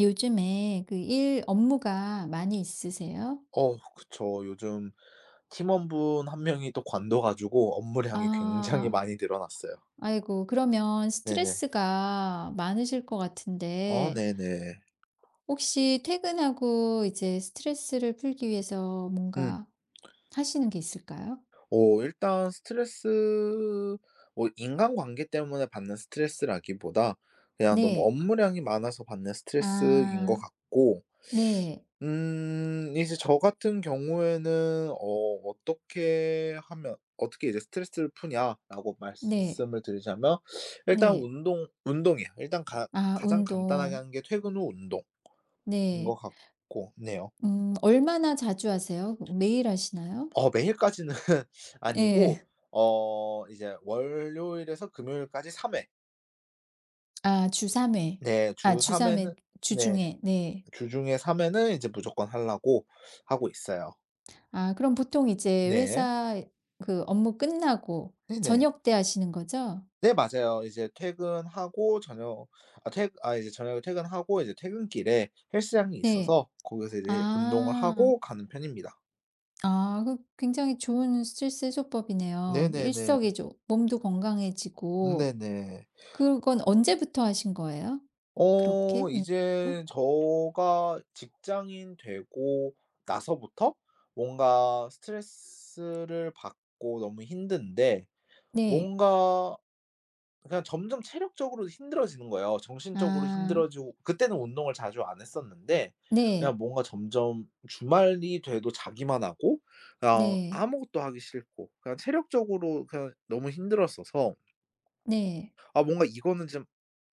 요즘에 그 일 업무가 많이 있으세요? 어 그쵸. 요즘 팀원분 한 명이 또 관둬 가지고 업무량이 굉장히 아. 많이 늘어났어요. 아이고, 그러면 네네. 스트레스가 많으실 것 어 같은데 네네. 혹시 퇴근하고 이제 스트레스를 풀기 위해서 음. 뭔가 하시는 게 있을까요? 어 일단 스트레스 뭐 인간관계 때문에 받는 스트레스라기보다 그냥 너무 네. 업무량이 많아서 받는 스트레스인 것 아. 같고 네. 이제 저 같은 경우에는 어떻게 이제 스트레스를 푸냐라고 네. 말씀을 드리자면 일단 네. 운동이에요. 일단 가 아 가장 간단하게 운동. 하는 게 퇴근 후 운동인 것 네. 같고 네요. 음, 얼마나 자주 하세요? 매일 하시나요? 어 매일까지는 아니고 네, 어 이제 월요일에서 금요일까지 3회, 아주 3 회. 네 아 주 주 3 3 회는, 회 네 주중에. 네. 주중에 3 회는 이제 무조건 하려고 하고 있어요. 아 그럼 보통 이제 네. 회사 그 업무 끝나고 네네. 저녁 때 하시는 거죠? 네 맞아요. 이제 퇴근하고 저녁 아 퇴 아 이제 저녁에 퇴근하고 이제 퇴근길에 헬스장이 네. 있어서 거기서 이제 운동을 아. 하고 가는 편입니다. 아 그 굉장히 좋은 스트레스 해소법이네요. 네네네. 일석이조 몸도 건강해지고 네네. 그건 언제부터 하신 거예요? 그렇게 어 운동도? 이제 저가 직장인 되고 나서부터 뭔가 스트레스를 받고 너무 힘든데 네. 뭔가 그냥 점점 체력적으로 힘들어지는 거예요. 정신적으로 아. 힘들어지고 그때는 운동을 자주 안 했었는데 그냥 네. 뭔가 점점 주말이 돼도 자기만 하고 그냥 네. 아무것도 하기 싫고 그냥 체력적으로 그냥 너무 힘들었어서 네. '아 뭔가 이거는 좀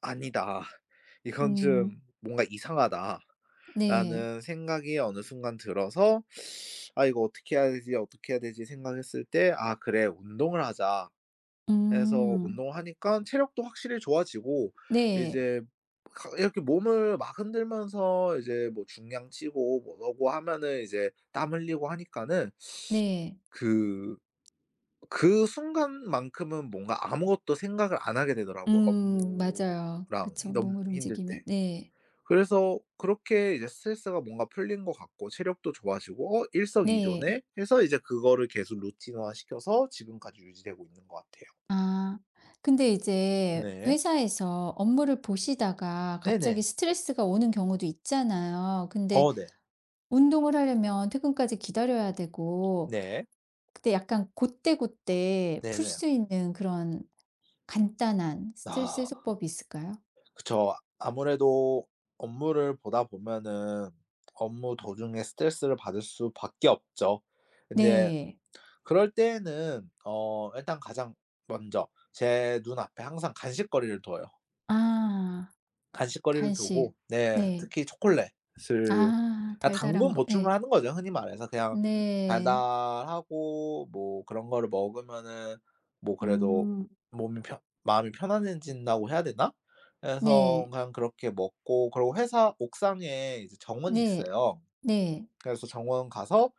아니다.' '이건 좀 음. 뭔가 이상하다.'라는 네. 생각이 어느 순간 들어서 '아 이거 어떻게 해야 되지, 어떻게 해야 되지?' 생각했을 때 '아 그래 운동을 하자.' 해서 운 음. 동하니까 체력도 확실히 좋아지고 네. 이제 가 이렇게 몸을 막 흔들면서 이제 뭐 중량 치고 뭐고 하면은 이제 땀 흘리고 하니까는 네. 그 그 순간만큼은 뭔가 아무것도 생각을 안 하게 되더라고요, 맞아요. 맞아요. 업무랑 이 그쵸. 너무 몸을 힘들 때. 움직이면 네. 그래서 그렇게 이제 스트레스가 뭔가 풀린 것 같고 체력도 좋아지고 '어 네. 일석이조네.' 해서 이제 그거를 계속 루틴화 시켜서 지금까지 유지되고 있는 것 같아요. 아 근데 이제 네. 회사에서 업무를 보시다가 갑자기 네네. 스트레스가 오는 경우도 있잖아요. 근데 어 네. 운동을 하려면 퇴근까지 기다려야 되고 네. 그때 약간 곧때곧때풀 네네. 수 있는 그런 간단한 스트레스 아 해소법이 있을까요? 그쵸. 아무래도 업무를 보다 보면은 업무 도중에 스트레스를 받을 수밖에 없죠. 인제 네. 그럴 때에는 어 일단 가장 먼저 제 눈앞에 항상 간식거리를 둬요. 아 간식거리를 간식. 두고 네 네. 특히 초콜릿을, 아 달달한 당분 거 보충을 네 하는 거죠. 흔히 말해서 그냥 네. 달달하고 뭐 그런 거를 먹으면은 뭐 그래도 음. 몸이 편 마음이 편안해진다고 해야 되나? 그래서 네. 그냥 그렇게 먹고 그리고 회사 옥상에 이제 정원이 네. 있어요. 네. 그래서 정원 가서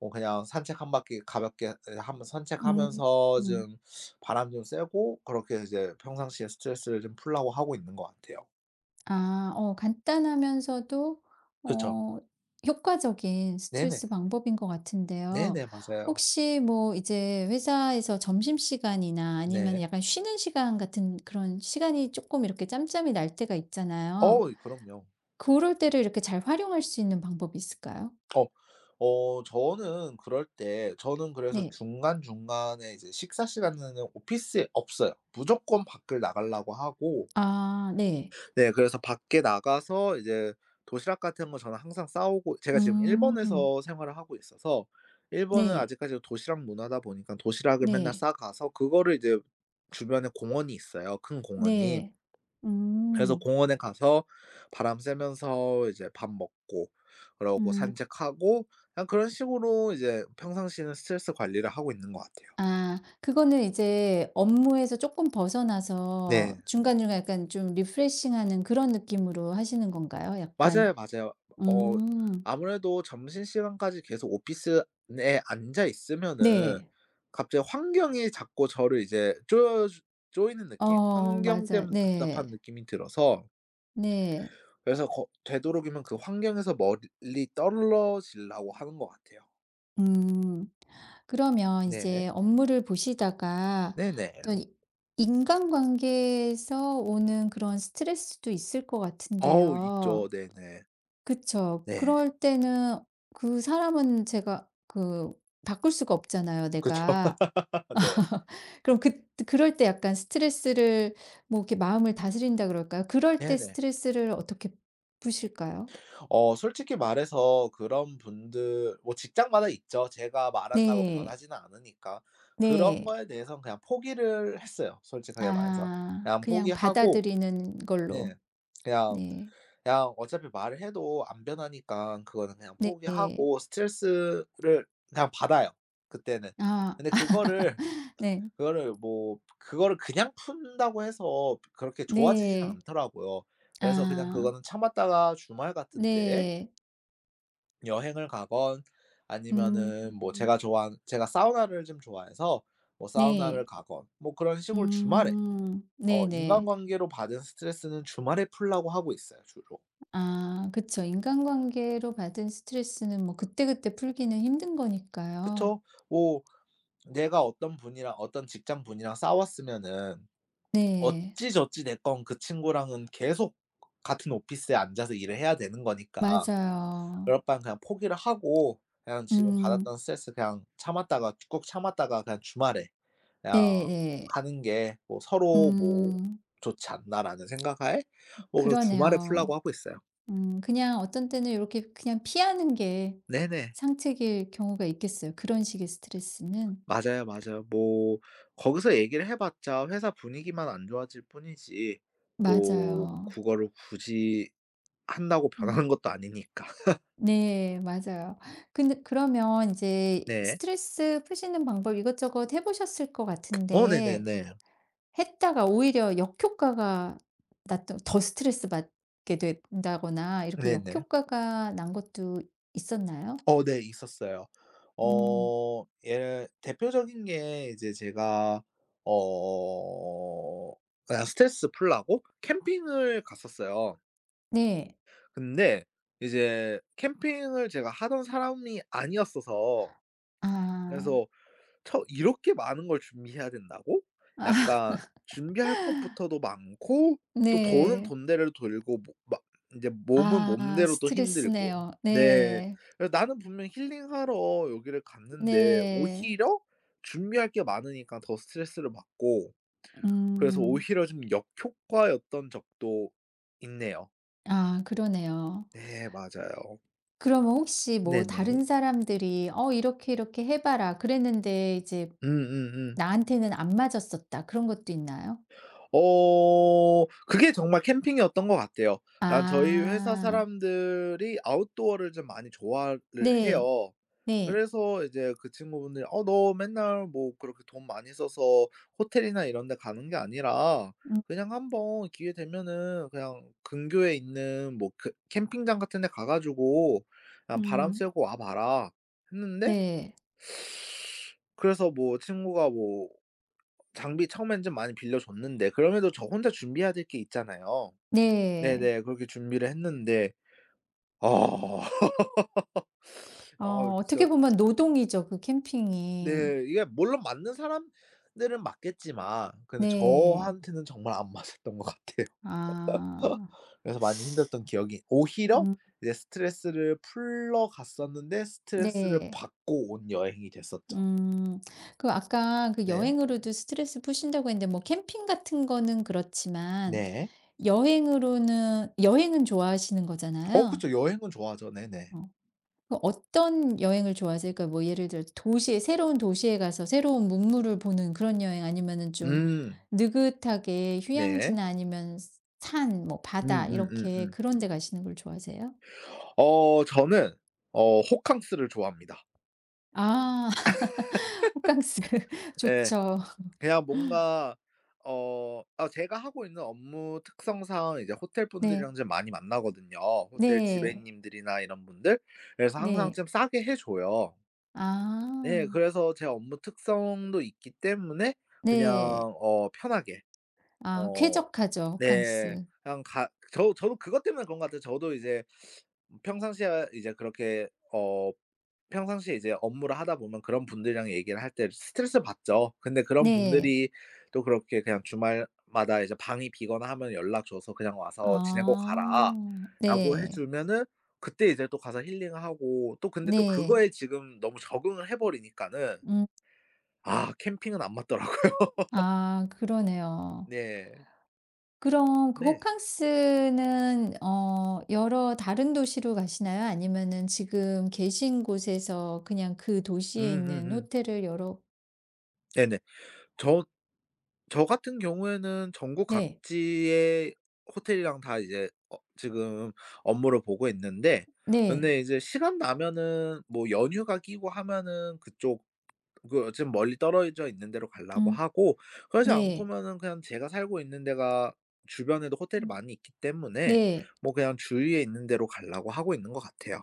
뭐 그냥 산책 한 바퀴 가볍게, 예, 하면서 음. 산책하면서 음. 좀 바람 좀 쐬고 그렇게 이제 평상시에 스트레스를 좀 풀려고 하고 있는 것 같아요. 아 어 간단하면서도 그쵸. 어 효과적인 네네. 스트레스 방법인 것 같은데요. 네네. 맞아요. 혹시 뭐 이제 회사에서 점심시간이나 아니면 네. 약간 쉬는 시간 같은 그런 시간이 조금 이렇게 짬짬이 날 때가 있잖아요. 어이 그럼요. 그럴 때를 이렇게 잘 활용할 수 있는 방법이 있을까요? 어 어 저는 그럴 때 저는 그래서 네. 중간중간에 이제 식사 시간에는 오피스에 없어요. 무조건 밖을 나가려고 하고 아 네. 네 그래서 밖에 나가서 이제 도시락 같은 거 저는 항상 싸오고, 제가 지금 음. 일본에서 생활을 하고 있어서 일본은 네. 아직까지도 도시락 문화다 보니까 도시락을 맨날 네. 싸 가서 그거를 이제, 주변에 공원이 있어요, 큰 공원이. 네. 네. 그래서 음. 공원에 가서 바람 쐬면서 이제 밥 먹고 그러고 음. 산책하고, 그냥 그런 식으로 이제 평상시에는 스트레스 관리를 하고 있는 것 같아요. 아 그거는 이제 업무에서 조금 벗어나서 네. 중간중간 약간 좀 리프레싱하는 그런 느낌으로 하시는 건가요? 약간 맞아요, 맞아요. 어 음. 아무래도 점심시간까지 계속 오피스 에 앉아 있으면은 네. 갑자기 환경이 자꾸 저를 이제 쪼여 주 쪼이는 느낌? 어 환경 맞아요. 때문에 네. 답답한 느낌이 들어서, 네. 그래서 거 되도록이면 그 환경에서 멀리 떨어지려고 하는 것 같아요. 음. 그러면 네. 이제 업무를 보시다가 어떤 네네. 이 인간관계에서 오는 그런 스트레스도 있을 것 어우 있죠. 같은데요. 네네. 그쵸. 네. 그럴 때는 그 사람은 제가 그 바꿀 수가 없잖아요, 그쵸. 내가. 네. 그럼 그 그럴 때 약간 스트레스를 뭐 이렇게 마음을 다스린다 그럴까요? 그럴 때 네네. 스트레스를 어떻게 푸실까요? 어 솔직히 말해서 그런 분들 뭐 직장마다 있죠. 제가 말 안나고 네. 변하지는 않으니까. 그런 네. 거에 대해는 그냥 포기를 했어요, 솔직하게 말해서. 아 그냥 그냥 포기하고, 받아들이는 네, 걸로. 그냥, 네. 그냥 어차피 말을 해도 안 변하니까 그거는 그냥 네. 포기하고 스트레스를 그냥 받아요, 그때는. 아 근데 네. 그거를 그냥 푼다고 해서 그렇게 좋아지지는 네. 않더라고요. 그래서 그냥 아 그거는 참았다가 주말 같은 때 네. 여행을 가건 음 아니면은 뭐 제가 사우나를 좀 좋아해서 뭐 사우나를 네. 가건 뭐 그런 식으로 주말에 어 네네. 인간관계로 받은 스트레스는 주말에 풀려고 하고 있어요 주로. 아 그쵸. 인간관계로 받은 스트레스는 뭐 그때그때 풀기는 힘든 거니까요. 그쵸. 뭐 내가 어떤 분이랑 어떤 직장 분이랑 싸웠으면은 네. 어찌저찌 됐건 그 친구랑은 계속 같은 오피스에 앉아서 일을 해야 되는 거니까 맞아요. 그럴 바엔 그냥 포기를 하고 그냥 지금 음. 받았던 스트레스 그냥 참았다가 꾹 참았다가 그냥 주말에 그냥 네네. 하는 게 뭐 서로 뭐 음. '좋지 않나.'라는 생각하에 뭐 그래서 주말에 풀려고 그러네요. 하고 있어요. 그냥 어떤 때는 이렇게 그냥 피하는 게 네네. 상책일 경우가 있겠어요, 그런 식의 스트레스는. 맞아요, 맞아요. 뭐 거기서 얘기를 해 봤자 회사 분위기만 안 좋아질 뿐이지 뭐 맞아요. 그거를 굳이 한다고 변하는 음 것도 아니니까. 네 맞아요. 근데 그러면 이제 네. 스트레스 푸시는 방법 이것저것 해 보셨을 것 어 같은데 네네네. 했다가 오히려 역효과가 났던 더 스트레스 받게 된다거나 이렇게 네네. 역효과가 난 것도 있었나요? 어 네 있었어요. 음. 예 대표적인 게 이제 제가 어 그냥 스트레스 풀라고 캠핑을 갔었어요. 네. 근데 이제 캠핑을 제가 하던 사람이 아니었어서, 아. 그래서 처 '이렇게 많은 걸 준비해야 된다고?' 약간 준비할 것부터도 많고 또 돈은 네. 돈대로 들고 뭐 막 인제 몸은 아 몸대로 또 힘들고. 스트레스네요. 네. 네. 그래서 나는 분명 힐링하러 여기를 갔는데 네. 오히려 준비할 게 많으니까 더 스트레스를 받고, 그래서 음. 오히려 좀 역효과였던 적도 있네요. 아 그러네요. 네 맞아요. 그러면 혹시 뭐 네네. 다른 사람들이 "어 이렇게, 이렇게 해 봐라." 그랬는데 이제 음음음. 나한테는 안 맞았었다. 그런 것도 있나요? 어 그게 정말 캠핑이었던 것 같아요. 아 저희 회사 아. 사람들이 아웃도어를 좀 많이 좋아를 네. 해요. 네. 그래서 이제 그 친구분들이 "어 너 맨날 뭐 그렇게 돈 많이 써서 호텔이나 이런 데 가는 게 아니라 그냥 한번 기회 되면은 그냥 근교에 있는 뭐 그 캠핑장 같은 데 가 가지고 그냥 바람 음음. 쐬고 와 봐라." 했는데, 네. 그래서 뭐 친구가 뭐 장비 처음엔 좀 많이 빌려줬는데 그럼에도 저 혼자 준비해야 될 게 있잖아요. 네. 네네. 그렇게 준비를 했는데, 아 아 어 진짜, 어떻게 보면 노동이죠, 그 캠핑이. 네 이게 물론 맞는 사람들은 맞겠지만 근데 네. 저한테는 정말 안 맞았던 것 같아요. 아. 그래서 많이 힘들었던 기억이, 오히려 음 이제 스트레스를 풀러 갔었는데 스트레스를 네. 받고 온 여행이 됐었죠. 음 그 아까 그 네. 여행으로도 스트레스 푸신다고 했는데 뭐 캠핑 같은 거는 그렇지만 네. 여행으로는 여행은 좋아하시는 어 거잖아요. 그쵸. 여행은 좋아하죠. 네네. 어. 그 어떤 여행을 좋아하세요? 그러니까 뭐 예를 들어 도시에 새로운 도시에 가서 새로운 문물을 보는 그런 여행 아니면은 좀 음. 느긋하게 네. 휴양지나 아니면 산, 뭐 바다 이렇게 음음음음. 그런 데 가시는 걸 좋아하세요? 어 저는 어 호캉스를 좋아합니다. 아 호캉스 예. 좋죠. 그냥 뭔가 제가 하고 있는 업무 특성상 이제 호텔 분들이랑 네. 좀 많이 만나거든요. 호텔 네. 지배님들이나 이런 분들. 그래서 항상 네. 좀 싸게 해 줘요. 예. 아. 그래서 제 업무 특성도 있기 때문에 그냥 네. 어 편하게, 아 어 쾌적하죠, 네. 호캉스. 그냥 가 저 저도 그것 때문에 그런 것 같아요. 저도 이제 평상시에 이제 그렇게 어 평상시에 이제 업무를 하다 보면 그런 분들이랑 얘기를 할 때 스트레스 받죠. 근데 그런 네. 분들이 또 그렇게 그냥 주말마다 이제 방이 비거나 하면 연락 줘서 "그냥 와서 지내고 아. 가라."라고 해 네. 주면은 그때 이제 또 가서 힐링하고, 또 근데 또 네. 그거에 지금 너무 적응을 해 버리니까는 음. 아 캠핑은 안 맞더라고요. 아 그러네요. 네. 그럼 그 네. 호캉스는 어 여러 다른 도시로 가시나요? 아니면은 지금 계신 곳에서 그냥 그 도시에 있는 음음음. 호텔을 여러 네네. 저 저 같은 경우에는 전국 네. 각지의 호텔이랑 다 이제 어 지금 업무를 보고 있는데 네. 근데 이제 시간 나면은 뭐 연휴가 끼고 하면은 그쪽 그 좀 멀리 떨어져 있는 데로 가려고 음. 하고, 그러지 네. 않고면은 그냥 제가 살고 있는 데가 주변에도 호텔이 음. 많이 있기 때문에 네. 뭐 그냥 주위에 있는 데로 가려고 하고 있는 것 같아요.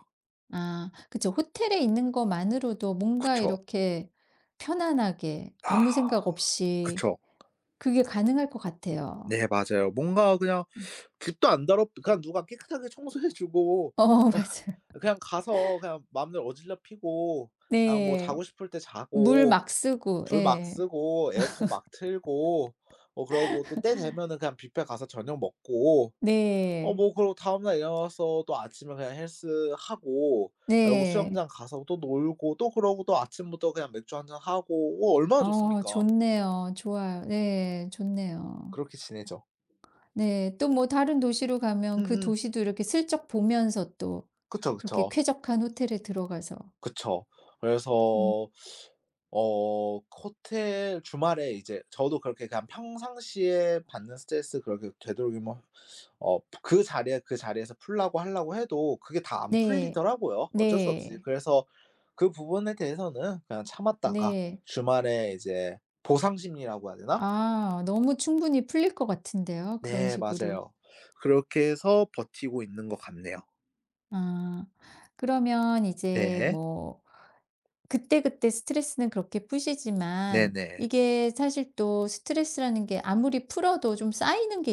아 그쵸. 호텔에 있는 것만으로도 뭔가 그쵸. 이렇게 편안하게 아. 아무 생각 없이 그쵸. 그게 가능할 것 같아요. 네 맞아요. 뭔가 그냥 음. 집도안 더럽 그냥 누가 깨끗하게 청소해 주고 어 맞아요. 그냥 가서 그냥 마음대로 어질러 피고 그냥 뭐 네. 자고 싶을 때 물 자고 막 쓰고 불 막 예. 쓰고 에어컨 막 틀고 어 그러고 또 때 되면은 그냥 뷔페 가서 저녁 먹고 어 네. 뭐 그러고 다음 날 일어나서 또 아침에 그냥 헬스하고 그러고 네. 수영장 가서 또 놀고 또 그러고 또 아침부터 그냥 맥주 한잔 하고, 어 얼마나 어 좋습니까. 좋네요. 좋아요. 네. 좋네요. 그렇게 지내죠. 네. 또 뭐 다른 도시로 가면 그 음음. 도시도 이렇게 슬쩍 보면서 또 그쵸, 그렇게 그쵸. 쾌적한 호텔에 들어가서 그쵸. 그래서 음 어 호텔 주말에 이제 저도 그렇게 그냥 평상시에 받는 스트레스 그렇게 되도록이면 어 그 자리에 그 자리에서 풀려고 하려고 해도 그게 다 안 네. 풀리더라고요, 어쩔 수 없이. 네. 그래서 그 부분에 대해서는 그냥 참았다가 네. 주말에 이제 보상 심리라고 해야 되나? 아 너무 충분히 풀릴 것 같은데요 그런 네 식으로. 맞아요. 그렇게 해서 버티고 있는 것 같네요. 아 그러면 이제 네. 뭐 그때그때 스트레스는 그렇게 푸시지만 네네. 이게 사실 또 스트레스라는 게 아무리 풀어도 좀 쌓이는 게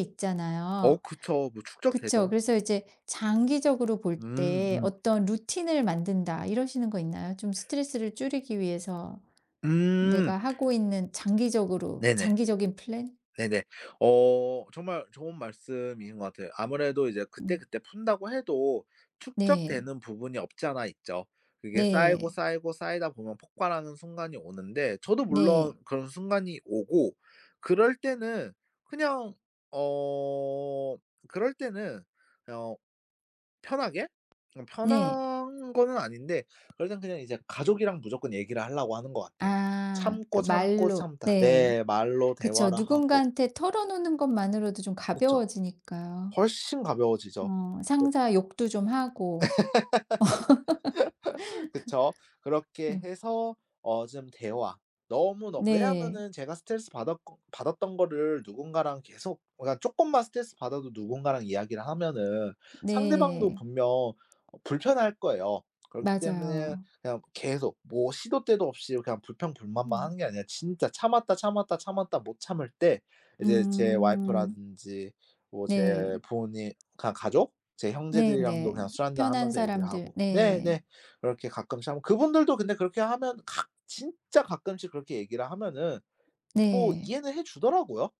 어 있잖아요. 그쵸. 뭐 그쵸. 축적되죠. 그래서 이제 장기적으로 볼 음 때 음. 어떤 루틴을 만든다 이러시는 거 있나요? 좀 스트레스를 줄이기 위해서 음. 내가 하고 있는 장기적으로 네네. 장기적인 플랜? 네네. 어 정말 좋은 말씀인 것 같아요. 아무래도 이제 음. 그때그때 푼다고 해도 네. 축적되는 부분이 없지 않아 있죠. 그게 쌓이고 네. 쌓이고 쌓이다 보면 폭발하는 순간이 오는데 저도 물론 네. 그런 순간이 오고, 그럴 때는 그냥 어 그럴 때는 어 편하게 네. 편한 거는 아닌데 그럴 땐 그냥 이제 가족이랑 무조건 얘기를 하려고 하는 것 같아요. 아 그 참고, 참고, 말로 참다. 네. 네 말로 그쵸. 대화를 하고, 누군가한테 털어놓는 것만으로도 좀 그쵸. 가벼워지니까요. 훨씬 가벼워지죠. 어 그 상사 욕도 좀 하고. 그쵸. 그렇게 음 해서 어 좀 대화, 너무 너 네. 왜냐하면은 제가 스트레스 받았 받았던 거를 누군가랑 계속, 그러니까 쪼끔만 스트레스 받아도 누군가랑 이야기를 하면은 상대방도 네. 분명 어 불편할 거예요. 그렇기 때문에 맞아요. 그냥 계속 뭐 시도 때도 없이 그냥 불평불만만 음. 하는 게 아니라 진짜 참았다, 참았다, 참았다 못 참을 때 이제 제 음. 와이프라든지 뭐 제 네. 부모님 그냥 가족, 제 형제들이랑도 네네. 그냥 술 한잔 편한 하면서 얘기를 사람들 하고. 네. 네네. 그렇게 가끔씩 하면 그분들도, 근데 그렇게 하면 각 진짜 가끔씩 그렇게 얘기를 하면은 뭐 네. 이해는 해 주더라고요.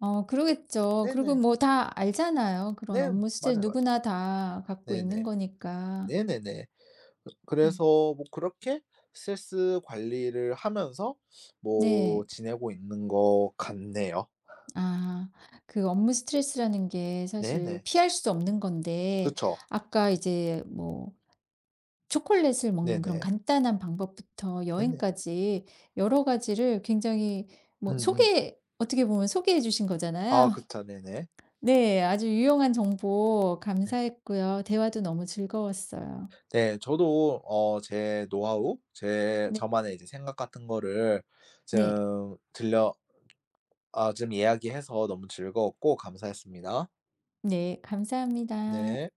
어 그러겠죠. 그리고 네네. 뭐 다 알잖아요. 그런 네. 업무 스타일 맞아요, 맞아요. 누구나 다 갖고 있는 네네. 거니까. 네네네. 음 그래서 뭐 그렇게 스트레스 관리를 하면서 뭐 네. 지내고 있는 것 같네요. 아. 그 업무 스트레스라는 게 사실 네네. 피할 수 없는 건데 그쵸. 아까 이제 뭐 초콜릿을 먹는 그런 네네. 간단한 방법부터 네네. 여행까지 여러 가지를 굉장히 뭐 음음. 소개 어떻게 보면 소개해 주신 아 거잖아요. 그쵸. 네네. 네. 아주 유용한 정보 네. 감사했고요. 대화도 너무 즐거웠어요. 네. 저도 어 제 네. 저만의 이제 생각 같은 거를 네. 좀 들려, 아 지금 이야기해서 너무 즐거웠고 감사했습니다. 네. 감사합니다. 네.